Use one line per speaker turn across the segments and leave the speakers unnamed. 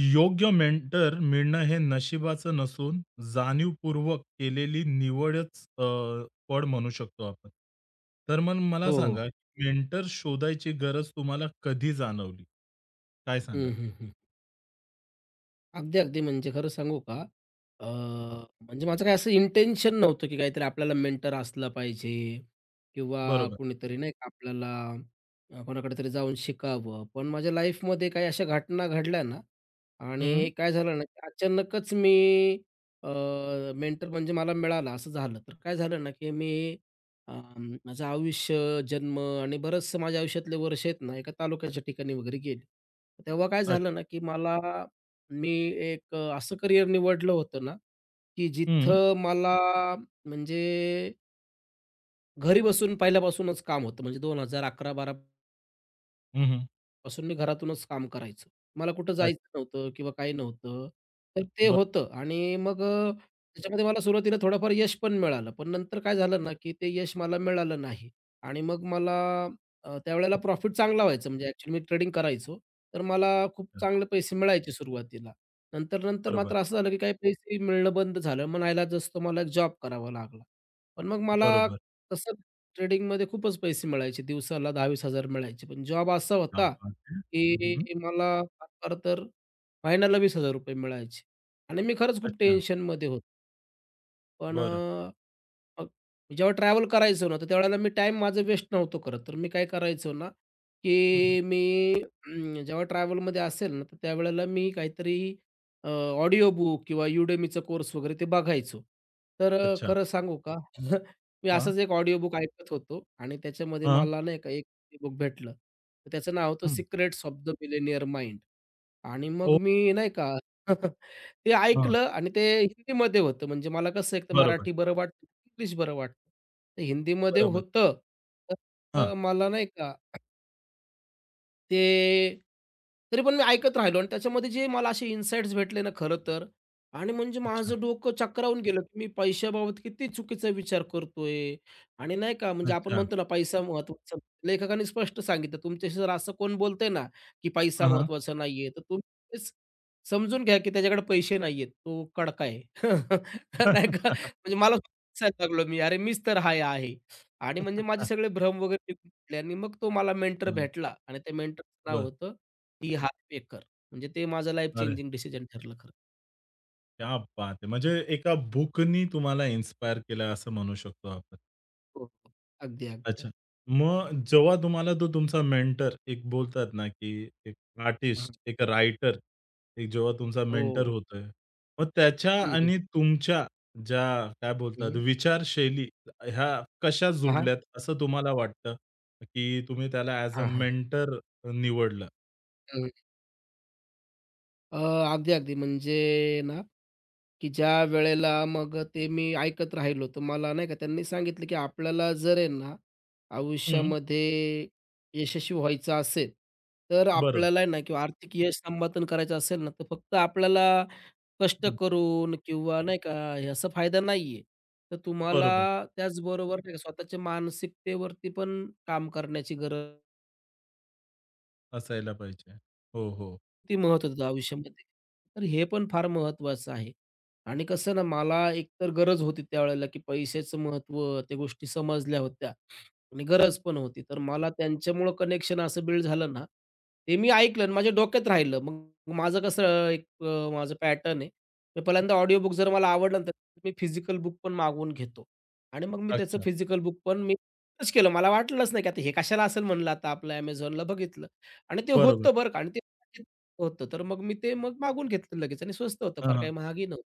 योग्य मेंटर मिळणं हे नशिबाचं नसून जाणीवपूर्वक केलेली निवडच फळ म्हणू शकतो आपण. तर मग मला
हो, हो.
सांगा, मेंटर शोधायची गरज तुम्हाला कधी जाणवली? काय सांगाल?
हं, हं, हं. अगदी, अगदी. म्हणजे खरं सांगू का? अ, म्हणजे माझं काही असं इंटेन्शन नव्हतं, की काहीतरी आपल्याला मेंटर असला पाहिजे किंवा
बरोबर.
कुणीतरी नाही का आपल्याला कोणाकडे तरी जाऊन शिकावं. पण माझ्या लाईफमध्ये काही अशा घटना घडल्या ना
हं.
आणि काय झालं ना, की अचानकच मी मेंटर म्हणजे मला मिळाला असं झालं. तर काय झालं ना, की अ, माझं आयुष्य, जन्म आणि बरचसं माझ्या आयुष्यातले वर्ष आहेत ना, एका तालुक्याच्या ठिकाणी वगैरे गेले. तेव्हा काय
अच्छा.
झालं ना, की मला मी एक असं करिअर निवडलं होतं ना, की
हं.
जिथं मला म्हणजे घरी बसून पहिल्यापासूनच काम होतं. म्हणजे 2011-12
हं, हं.
पासून मी घरातूनच काम करायचो. मला कुठं
अच्छा.
जायचं नव्हतं किंवा काही नव्हतं. तर ते
बरं.
होतं आणि मग त्याच्यामध्ये मला सुरुवातीला थोडंफार यश पण मिळालं. पण नंतर काय झालं ना, की ते यश मला मिळालं नाही आणि मग मला त्यावेळेला
खूप
प्रॉफिट चांगला व्हायचा. म्हणजे ॲक्चुअली मी ट्रेडिंग करायचो. तर मला खूप
छान.
चांगले पैसे मिळायचे सुरुवातीला. नंतर
बरोबर,
मात्र असं झालं, की काही पैसे मिळणं बंद झालं. मग नाईलाजास्तव मला एक जॉब करावा लागला. पण मग मला
बरोबर.
तसं ट्रेडिंगमध्ये खूपच पैसे मिळायचे. दिवसाला 10-20,000 मिळायचे. पण जॉब असा
क्या
होता
बात है! हं,
की मला फार फार तर महिन्याला ₹20,000 मिळायचे आणि मी खरंच खूप
अच्छा.
टेन्शनमध्ये होतो. पण
बरं.
अ, मग जेव्हा ट्रॅव्हल करायचो ना, तर त्यावेळेला मी टाईम माझं वेस्ट नव्हतो करत. तर मी काय करायचो ना,
हं,
की मी जेव्हा ट्रॅव्हलमध्ये असेल ना, तर त्यावेळेला मी काहीतरी ऑडिओ बुक किंवा Udemyचा कोर्स वगैरे ते बघायचो. तर
अच्छा.
खरं सांगू का? मी
हां,
असंच एक ऑडिओ बुक ऐकत होतो आणि त्याच्यामध्ये
हां.
मला नाही का एक बुक भेटलं. तर त्याचं नाव होतं
हं.
Secrets of the millionaire mind आणि मग
ओ
मी नाही का ते
हां.
ऐकलं आणि ते हिंदीमध्ये होतं. म्हणजे मला कसं एक तर
बरोबर,
मराठी बरं वाटतं, इंग्लिश बरं वाटतं. तर हिंदीमध्ये
बरोबर.
होतं. तर
हां.
मला नाही का ते तरी पण मी ऐकत राहिलो आणि त्याच्यामध्ये जे मला असे इन्साईट्स भेटले ना खरं तर आणि म्हणजे
अच्छा,
माझं डोकं चक्रावून गेलं, की मी पैशाबाबत किती चुकीचा विचार करतोय आणि नाही का म्हणजे आपण
अच्छा.
म्हणतो ना पैसा महत्त्वाचा. लेखकाने स्पष्ट सांगितलं, तुमच्याशी जर असं कोण बोलतंय ना, की पैसा
हां, हां.
महत्त्वाचा नाहीये, तर तुम्ही तेच समजून घ्या, की त्याच्याकडे पैसे नाहीयेत. तो कडका आहे. नाही का? म्हणजे मला सांगायला लागलो मी, अरे मीच तर हा आहे. आणि म्हणजे माझे सगळे भ्रम वगैरे निघून गेले आणि मग तो मला मेंटर
हं.
भेटला आणि त्या मेंटरचं नाव
बरं.
होतं टी. हाल पेकर. म्हणजे ते माझं लाईफ
अरे
चेंजिंग डिसिजन ठरलं खरं.
क्या बात है! म्हणजे एका बुकनी तुम्हाला इन्स्पायर केलं असं म्हणू शकतो आपण.
हो, हो. अगदी, अगदी.
अच्छा. मग जेव्हा तुम्हाला तो तुमचा मेंटर एक बोलतात ना, की एक
हं.
आर्टिस्ट, एक रायटर, एक जेव्हा तुमचा मेंटर
हो.
होतोय, मग त्याच्या
हं, हं.
आणि तुमच्या ज्या काय
हं,
बोलतात
हं.
विचारशैली ह्या कशा
हां, हां.
जुडल्यात असं तुम्हाला वाटतं? की तुम्ही त्याला ॲज अ
हां,
मेंटर निवडलं?
अ, अगदी, अगदी. म्हणजे ना, की ज्या वेळेला मग ते मी ऐकत राहिलो, तर मला नाही का त्यांनी सांगितलं, की आपल्याला जर आहे ना,
हं.
आयुष्यामध्ये यशस्वी व्हायचं असेल, तर
बरं.
आपल्याला आहे ना किंवा आर्थिक यश संपादन करायचं असेल ना, तर फक्त आपल्याला कष्ट
हं.
करून किंवा नाही का याचा फायदा नाही आहे. तर तुम्हाला
बरोबर.
त्याचबरोबर नाही का स्वतःच्या मानसिकतेवरती पण काम करण्याची गरज
असायला पाहिजे. हो, हो.
किती महत्त्व देतो आयुष्यामध्ये. तर हे पण फार महत्त्वाचं आहे. आणि कसं ना, मला एकतर गरज होती त्यावेळेला, की पैशाचं महत्त्व, त्या गोष्टी समजल्या होत्या आणि गरज पण होती. तर मला त्यांच्यामुळं कनेक्शन असं बिल्ड झालं ना, ते मी ऐकलं आणि माझ्या डोक्यात राहिलं. मग माझं कसं एक माझं पॅटर्न आहे. मी पहिल्यांदा ऑडिओ बुक जर मला आवडलं ना, तर मी फिजिकल बुक पण मागवून घेतो. आणि मग मी त्याचं
अच्छा.
फिजिकल बुक पण मी सर्च केलं. मला वाटलंच नाही, की आता हे कशाला असेल म्हणलं, आता आपलं Amazonला बघितलं आणि ते
बरोबर.
होतं बरं का आणि ते होतं. तर मग मी ते मग मागून घेतलं लगेच आणि स्वस्त होतं,
हां,
फार
हां.
काही महागही नव्हतं.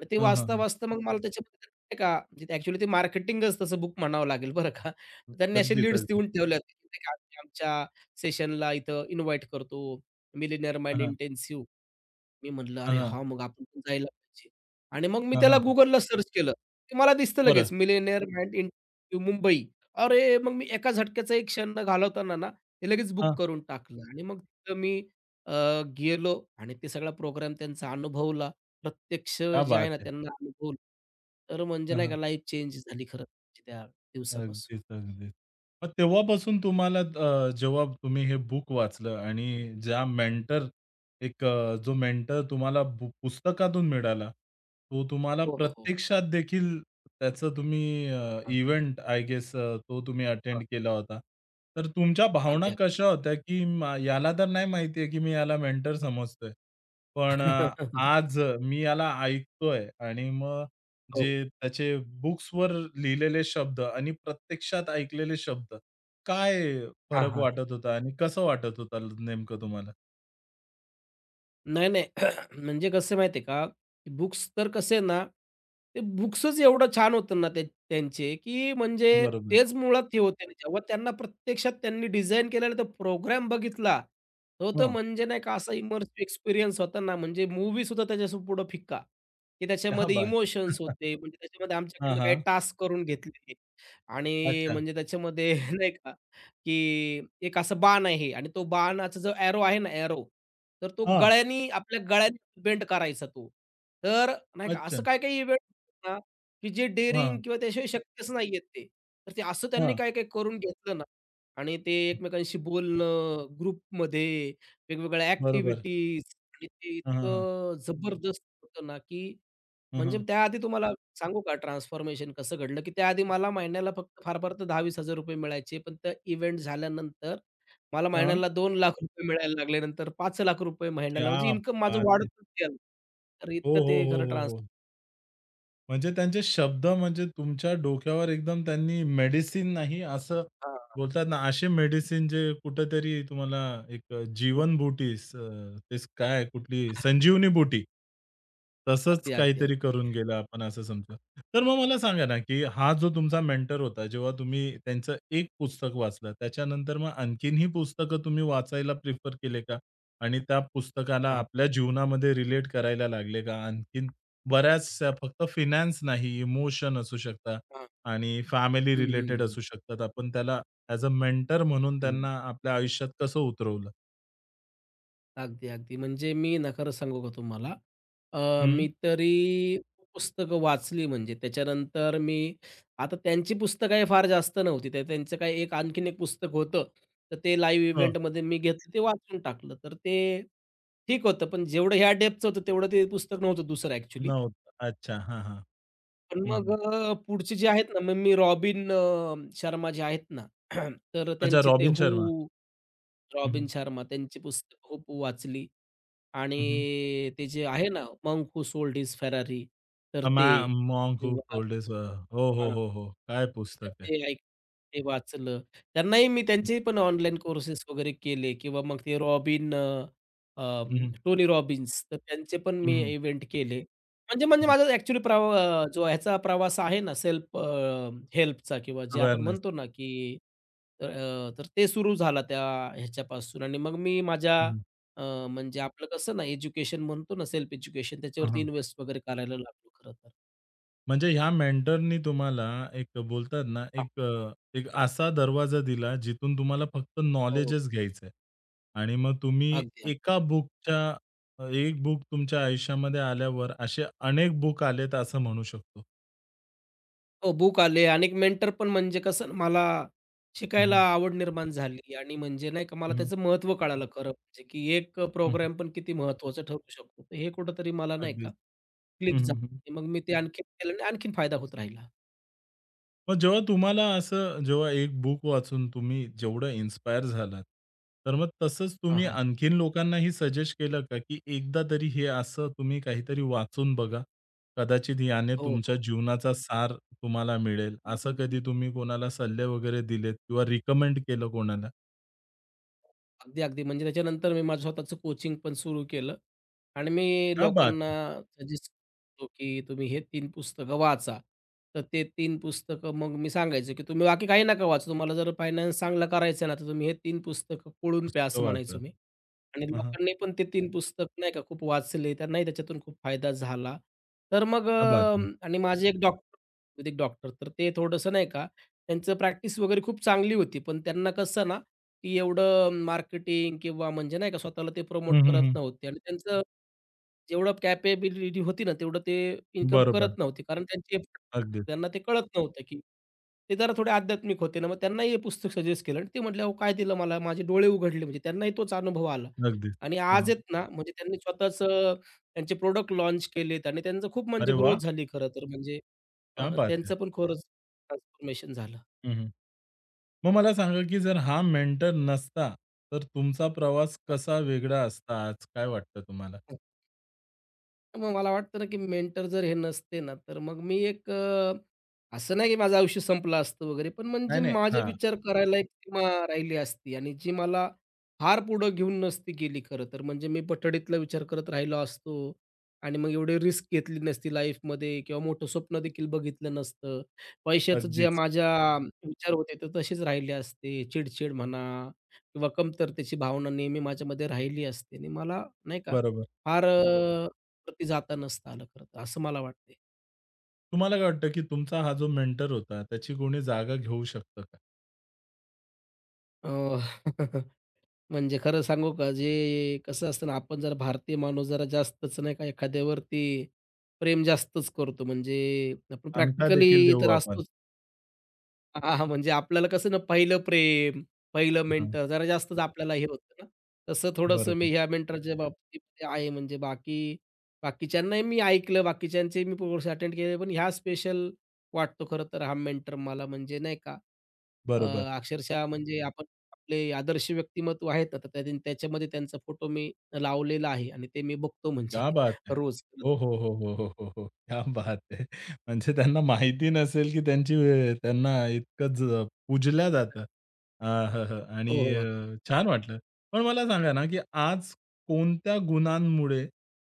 आणि ते
हां, हां, हां.
वाचता-वाचता मग मला त्याच्यामध्ये नाही का, म्हणजे ॲक्चुअली ते मार्केटिंगच तसं बुक म्हणावं लागेल बरं का. त्यांनी असे
अगदीच,
लीड्स
अगदी.
देऊन ठेवल्या होत्या, की आम्ही आमच्या सेशनला इथं इन्व्हाईट करतो, मिलिनियर
हां,
माइंड
हां.
इंटेन्सिव्ह. मी म्हटलं,
हां,
"अरे
हां.
हां, मग आपण पण जायला पाहिजे." आणि मग मी
हां,
त्याला
हां, हां.
Googleला सर्च केलं. ते मला दिसतं
बरं.
लगेच मिलेनियर माइंड इंटरव्ह्यू मुंबई. अरे! मग मी एका झटक्याचा एक क्षण न घालवताना ना, ते लगेच बुक
हां.
करून टाकलं आणि मग तिथं अ, गेलो आणि ते सगळा प्रोग्राम त्यांचा अनुभवला. प्रत्यक्ष
क्या
जे आहे
बात
ना,
है!
त्यांना अनुभवलं. तर म्हणजे
हां,
नाही का
हां.
लाईफ चेंज झाली खरं म्हणजे त्या दिवसापासून.
अगदीच, अगदीच. मग तेव्हापासून तुम्हाला जेव्हा तुम्ही हे बुक वाचलं आणि ज्या मेंटर जो मेंटर तुम्हाला पुस्तकातून मिळाला, तो तुम्हाला
हो, हो, हो.
प्रत्यक्षात देखील त्याचं तुम्ही
हां,
इव्हेंट आय गेस तो तुम्ही अटेंड
हां.
केला होता. तर तुमच्या भावना
अगदी, अगदी.
कशा होत्या, की याला तर नाही माहिती की मी याला मेंटर समजतोय. पण आज मी याला ऐकतोय आणि मग जे
हो.
त्याचे बुक्सवर लिहिलेले शब्द आणि प्रत्यक्षात ऐकलेले शब्द, काय
हां,
फरक
हां.
वाटत होता आणि कसं वाटत होतं नेमकं तुम्हाला?
नाही, नाही. म्हणजे कसं माहिती आहे का, बुक्स तर कसे ना, ते बुक्सच एवढं छान होतं ना ते त्यांचे, की म्हणजे
बरोबर.
तेच मुळात हे होते. ना. जेव्हा त्यांना प्रत्यक्षात त्यांनी डिझाइन केलेला तो प्रोग्राम बघितला, तो तर
हं.
म्हणजे नाही का असा इमर्सिव्ह एक्सपिरियन्स होता ना, म्हणजे मूव्हीसुद्धा त्याच्यासुद्धा पुढं फिक्का, की
क्या
त्याच्यामध्ये
बात
इमोशन्स
है!
होते. म्हणजे त्याच्यामध्ये
हां,
आमच्याकडनं काही
हां.
टास्क करून घेतले. आणि
अच्छा.
म्हणजे त्याच्यामध्ये नाही का, की एक असं बाण आहे आणि तो बाणाचा जो एरो आहे ना, एरो, तर तो
हां.
गळ्यानी आपल्या गळ्याने बेंड करायचा तो. तर नाही का,
अच्छा.
असं काही-काही इव्हेंट ना, की जे डेअरिंग
हां,
किंवा त्याशिवाय शक्यच नाहीयेत ते. तर ते असं त्यांनी
हां.
काय-काय करून घेतलं ना आणि ते एकमेकांशी बोलणं, ग्रुपमध्ये वेगवेगळ्या
बरोबर.
ॲक्टिव्हिटीज आणि ते
हं, हं, हं.
इतकं जबरदस्त होतं ना, की
हं,
म्हणजे
हं.
त्याआधी तुम्हाला सांगू का ट्रान्सफॉर्मेशन कसं घडलं, की त्याआधी मला महिन्याला फक्त फार फार तर ₹10,000-20,000 मिळायचे. पण त्या इव्हेंट झाल्यानंतर मला
हां.
महिन्याला ₹2,00,000 मिळायला लागले. नंतर ₹5,00,000
क्या
महिन्याला म्हणजे इन्कम माझं
बात है!
वाढतच गेलं. तर
हो,
इतकं
हो,
ते
हो,
खरं
हो,
ट्रान्स.
हो. म्हणजे त्यांचे शब्द म्हणजे तुमच्या डोक्यावर एकदम त्यांनी मेडिसिन नाही असं
हां.
बोलतात ना, असे मेडिसिन जे कुठेतरी तुम्हाला जीवनबुटी स तेच काय कुठली संजीवनी बुटी. तसंच
अगदी, अगदी,
काहीतरी
अगदी.
करून गेलं आपण असं समजा. तर मग मला सांगा ना, की हा जो तुमचा मेंटर होता, जेव्हा तुम्ही त्यांचं एक पुस्तक वाचलं, त्याच्यानंतर मग आणखीनही पुस्तकं तुम्ही वाचायला प्रिफर केले का? आणि त्या पुस्तकाला
हां,
आपल्या जीवनामध्ये रिलेट करायला लागले का? आणखीन बऱ्याचशा फक्त फिनान्स नाही, इमोशन असू शकतात
हां.
आणि फॅमिली
हं, हं,
रिलेटेड
हं.
असू शकतात. आपण त्याला ॲज अ मेंटर म्हणून
हं.
त्यांना आपल्या आयुष्यात कसं उतरवलं?
अगदी, अगदी. म्हणजे मी ना खरं सांगू का तुम्हाला,
हं.
मी तरी पुस्तकं वाचली म्हणजे त्याच्यानंतर मी आता त्यांची पुस्तकं काही फार जास्त नव्हती. ते त्यांचं काही एक आणखीन एक पुस्तक होतं. तर ते लाईव्ह
हं.
इव्हेंटमध्ये मी घेतलं ते वाचून टाकलं. तर ते ठीक होतं. पण जेवढं ह्या डेप्थचं होतं तेवढं ते पुस्तक नव्हतं दुसरं ॲक्चुअली.
नव्हतं. अच्छा. हां, हां.
पण
हं, हं.
पुढचे जे आहेत ना, मग मी रॉबिन शर्मा जे आहेत ना, तर
अच्छा
त्यांचे ते
रॉबिन
हू,
शर्मा. हं, हं.
रॉबिन शर्मा त्यांची पुस्तकं खूप वाचली.
हं, हं.
आणि ते जे आहे ना, "monk who sold his Ferrari" तर
अ, मा
ते
मॉन्क हू
किंवा
सोल्ड हिज अ हो, हो, हो, हो. काय
तर
पुस्तक आहे.
ते ऐक ते वाचलं. त्यांनाही मी
हं, हं.
त्यांचेही पण ऑनलाईन कोर्सेस वगैरे केले किंवा मग ते टोनी रॉबिन्स तर त्यांचे पण
हं,
मी
हं.
इव्हेंट केले. म्हणजे
हं,
म्हणजे
हं.
माझा ॲक्चुअली प्रव जो ह्याचा प्रवास आहे ना सेल्फ हेल्पचा किंवा जे आपण
अवेअरनेस.
म्हणतो ना, की तर ते सुरू झाला त्या ह्याच्यापासून आणि मग मी माझ्या
हं, हं.
अ, म्हणजे आपलं कसं ना एज्युकेशन म्हणतो ना, सेल्फ एज्युकेशन
हां,
त्याच्यावरती
हां.
इन्व्हेस्ट वगैरे करायला लागलो खरं तर.
म्हणजे ह्या मेंटरनी तुम्हाला एक बोलतात ना,
हा,
एक असा दरवाजा दिला, जिथून तुम्हाला फक्त
हो,
नॉलेजच घ्यायचंय आणि मग तुम्ही
अगदी.
एका बुकच्या एक बुक तुमच्या आयुष्यामध्ये आल्यावर असे अनेक बुक आलेत असं म्हणू शकतो.
हो, बुक आले आणि एक मेंटर पण म्हणजे कसं ना, मला शिकायला आवड निर्माण झाली आणि म्हणजे नाही का मला
हं, हं.
त्याचं महत्त्व कळालं खरं म्हणजे, की एक
हं, हं.
प्रोग्राम पण किती महत्त्वाचं ठरू शकतो. तर हे कुठेतरी मला नाही का
अगदीच.
क्लिक
हं, हं, हं.
झालं. मग मी ते आणखीन केलं आणि आणखीन फायदा होत राहिला.
मग जेव्हा तुम्हाला असं जेव्हा एक बुक वाचून तुम्ही जेवढं इन्स्पायर झालात, तर मग तसंच
हां,
तुम्ही
हां.
आणखीन लोकांनाही सजेस्ट केलं का, की एकदा तरी हे असं तुम्ही काहीतरी वाचून बघा. कदाचित याने
हो.
तुमच्या जीवनाचा सार तुम्हाला मिळेल. असं कधी तुम्ही कोणाला सल्ले वगैरे दिलेत किंवा रिकमेंड केलं कोणाला?
अगदी, अगदी. म्हणजे त्याच्यानंतर मी माझं स्वतःचं कोचिंग पण सुरू केलं आणि मी
क्या बात
लोकांना
है!
सजेस्ट करतो, की तुम्ही हे 3 पुस्तकं वाचा. तर ते 3 पुस्तकं मग मी सांगायचो, की तुम्ही बाकी काही नका वाचू. तुम्हाला जर फायनान्स चांगला करायचा ना, तर तुम्ही हे 3 पुस्तकं पिळून प्या,
पुस्तकं
असं म्हणायचो
वाचा.
मी. आणि
हां, हां.
लोकांनी पण ते 3 पुस्तक नाही का खूप वाचले. त्यांनाही त्याच्यातून खूप फायदा झाला. तर मग
क्या बात
अ,
है!
आणि माझे एक डॉक्टर आयुर्वेदिक डॉक्टर तर ते थोडंसं नाही का त्यांचं प्रॅक्टिस वगैरे खूप चांगली होती. पण त्यांना कसं ना, की एवढं मार्केटिंग किंवा म्हणजे नाही का स्वतःला ते प्रमोट
हं, हं,
करत
हं.
नव्हते आणि त्यांचं जेवढं कॅपेबिलिटी होती ना, तेवढं ते इन्कम
बरोबर.
करत नव्हते. कारण त्यांची
अगदीच,
त्यांना ते कळत नव्हतं, की ते जरा थोडे आध्यात्मिक होते ना. मग त्यांनाही हे पुस्तक सजेस्ट केलं आणि ते म्हटले, "अहो काय दिलं मला? माझे डोळे उघडले." म्हणजे त्यांनाही तोच अनुभव आला.
अगदीच.
आणि
हं,
आज
हं.
आहेत ना, म्हणजे त्यांनी स्वतःचं त्यांचे प्रॉडक्ट लॉन्च केलेत आणि त्यांचं खूप
अरे
म्हणजे ग्रोथ
वाह!
झाली खरं तर म्हणजे
क्या बात है!
त्यांचं पण खरंच ट्रान्सफॉर्मेशन झालं.
हं, हं. मग मला सांगा, की जर हा मेंटर नसता, तर तुमचा प्रवास कसा वेगळा असता आज? काय वाटतं तुम्हाला?
मग मला वाटतं ना, की मेंटर जर हे नसते ना, तर मग मी एक अ, असं नाही की माझं आयुष्य संपलं असतं वगैरे, पण
नाही,
म्हणजे
नाही.
माझे
हां,
विचार करायला एक सीमा राहिली असती आणि जी मला फार पुढं घेऊन नसती गेली खरं तर. म्हणजे मी पठडीतला विचार करत राहिलो असतो आणि मग एवढी रिस्क घेतली नसती लाईफमध्ये किंवा मोठं स्वप्न देखील बघितलं नसतं. पैशाचं जे
अगदीच.
माझ्या विचार होते ते तसेच राहिले असते. चिड म्हणा किंवा कमतरतेची भावना नेहमी माझ्यामध्ये राहिली असते आणि मला नाही का
बरोबर.
फार वरती जाता नसतं आलं खरं तर, असं मला वाटते.
तुम्हाला काय वाटतं, की तुमचा हा जो मेंटर होता, त्याची कोणी जागा घेऊ शकतं का?
अ, म्हणजे खरं सांगू का, जे कसं असतं ना, आपण जर भारतीय माणूस जरा जास्तच नाही का एखाद्यावरती प्रेम जास्तच करतो. म्हणजे आपण
अंगठा देखील
प्रॅक्टिकली
देऊ
तर
आपण.
असतोच. हां, हां, म्हणजे आपल्याला कसं ना पहिलं प्रेम, पहिलं
हां,
मेंटर जरा जास्तच आपल्याला हे होतं ना, तसं थोडंसं
बरोबर,
मी ह्या मेंटरच्या बाबतीत आहे. म्हणजे बाकीच्यांनाही मी ऐकलं, बाकीच्यांचे मी कोर्स अटेंड केले, पण ह्या स्पेशल वाटतो खरं तर हा मेंटर मला म्हणजे नाही का अ,
बरोबर.
अक्षरशः म्हणजे आपण आपले आदर्श व्यक्तिमत्व आहेत ना, तर त्याच्यामध्ये त्यांचा फोटो मी लावलेला आहे आणि ते मी बघतो म्हणजे
क्या बात है!
रोज.
हो, हो, हो, हो, हो, हो, हो. क्या बात है! म्हणजे त्यांना माहिती नसेल, की त्यांची त्यांना इतकंच पूजल्या जातं. हं, हं.
हो,
आणि
हो.
छान वाटलं. पण मला सांगा ना, की आज कोणत्या गुणांमुळे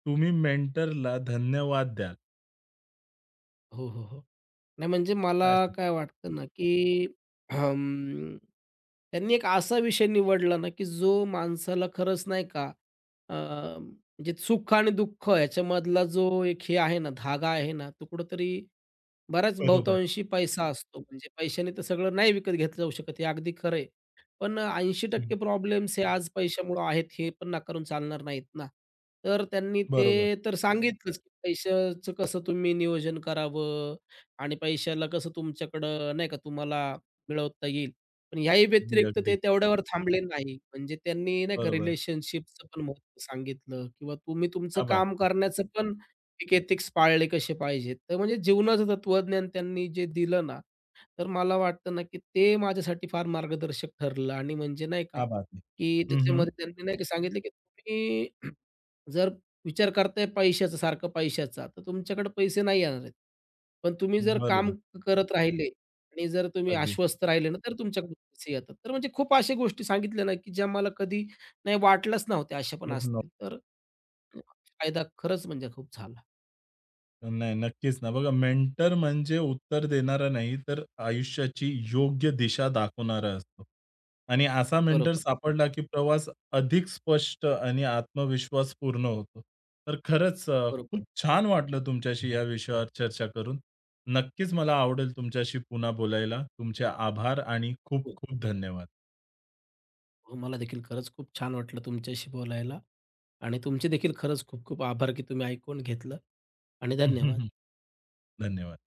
तुम्ही मेंटरला धन्यवाद द्याल?
हो, हो, हो. नाही म्हणजे मला
काय सांगाल?
काय वाटतं ना, की अं, त्यांनी एक असा विषय निवडला ना, की जो माणसाला खरंच नाही का म्हणजे सुख आणि दुःख याच्यामधला जो एक हे आहे ना, धागा आहे ना, तो कुठेतरी बराच
बरोबर.
बहुतांशी पैसा हं. असतो. म्हणजे पैशाने तर सगळं नाही विकत घेतलं जाऊ शकत हे अगदी खरं आहे. पण
हं.
80% प्रॉब्लेम्स हे आज पैशामुळं आहेत हे पण नाकारून चालणार नाहीत ना. तर त्यांनी
बरोबर.
ते तर सांगितलंच की पैशाचं कसं तुम्ही नियोजन करावं आणि पैशाला कसं तुमच्याकडं नाही का तुम्हाला मिळवता येईल. पण ह्याही
अगदी,
व्यतिरिक्त
अगदी.
ते तेवढ्यावर थांबले नाही. म्हणजे त्यांनी नाही का
बरोबर.
रिलेशनशिपचं पण महत्त्व सांगितलं किंवा तुम्ही तुमचं
क्या
काम
बात
करण्याचं पण एक एथिक्स पाळले कसे पाहिजेत. तर म्हणजे जीवनाचं तत्वज्ञान त्यांनी जे दिलं ना, तर मला वाटतं ना, की ते माझ्यासाठी फार मार्गदर्शक ठरलं आणि म्हणजे नाही का,
क्या बात है!
की
हं, हं.
त्याच्यामध्ये त्यांनी नाही का सांगितलं, की तुम्ही जर विचार करताय पैशाचा, सारखा पैशाचा, तर तुमच्याकडे पैसे नाही येणार आहेत. पण तुम्ही जर काम
बरोबर.
करत राहिले आणि जर तुम्ही
अगदी.
आश्वस्त राहिले ना, तर तुमच्याकडे पैसे येतात. तर म्हणजे खूप अशा गोष्टी सांगितल्या ना, की ज्या मला कधी नाही वाटल्याच नव्हत्या, अशा पण असतील. तर फायदा खरंच म्हणजे खूप झाला.
नाही, नक्कीच ना. बघा मेंटर म्हणजे उत्तर देणारा नाही, तर आयुष्याची योग्य दिशा दाखवणारा असतो. आणि असा मेंटर
बरोबर,
सापडला, की प्रवास अधिक स्पष्ट आणि आत्मविश्वास पूर्ण होतो. तर खरंच खूप
बरोबर.
छान वाटलं तुमच्याशी या विषयावर चर्चा करून. नक्कीच मला आवडेल तुमच्याशी पुन्हा बोलायला. तुमचे आभार आणि खूप
हो,
खूप धन्यवाद.
हो. मला देखील खरंच खूप छान वाटलं तुमच्याशी बोलायला आणि तुमचे देखील खरंच खूप खूप आभार, की तुम्ही ऐकून घेतलं आणि धन्यवाद.
धन्यवाद.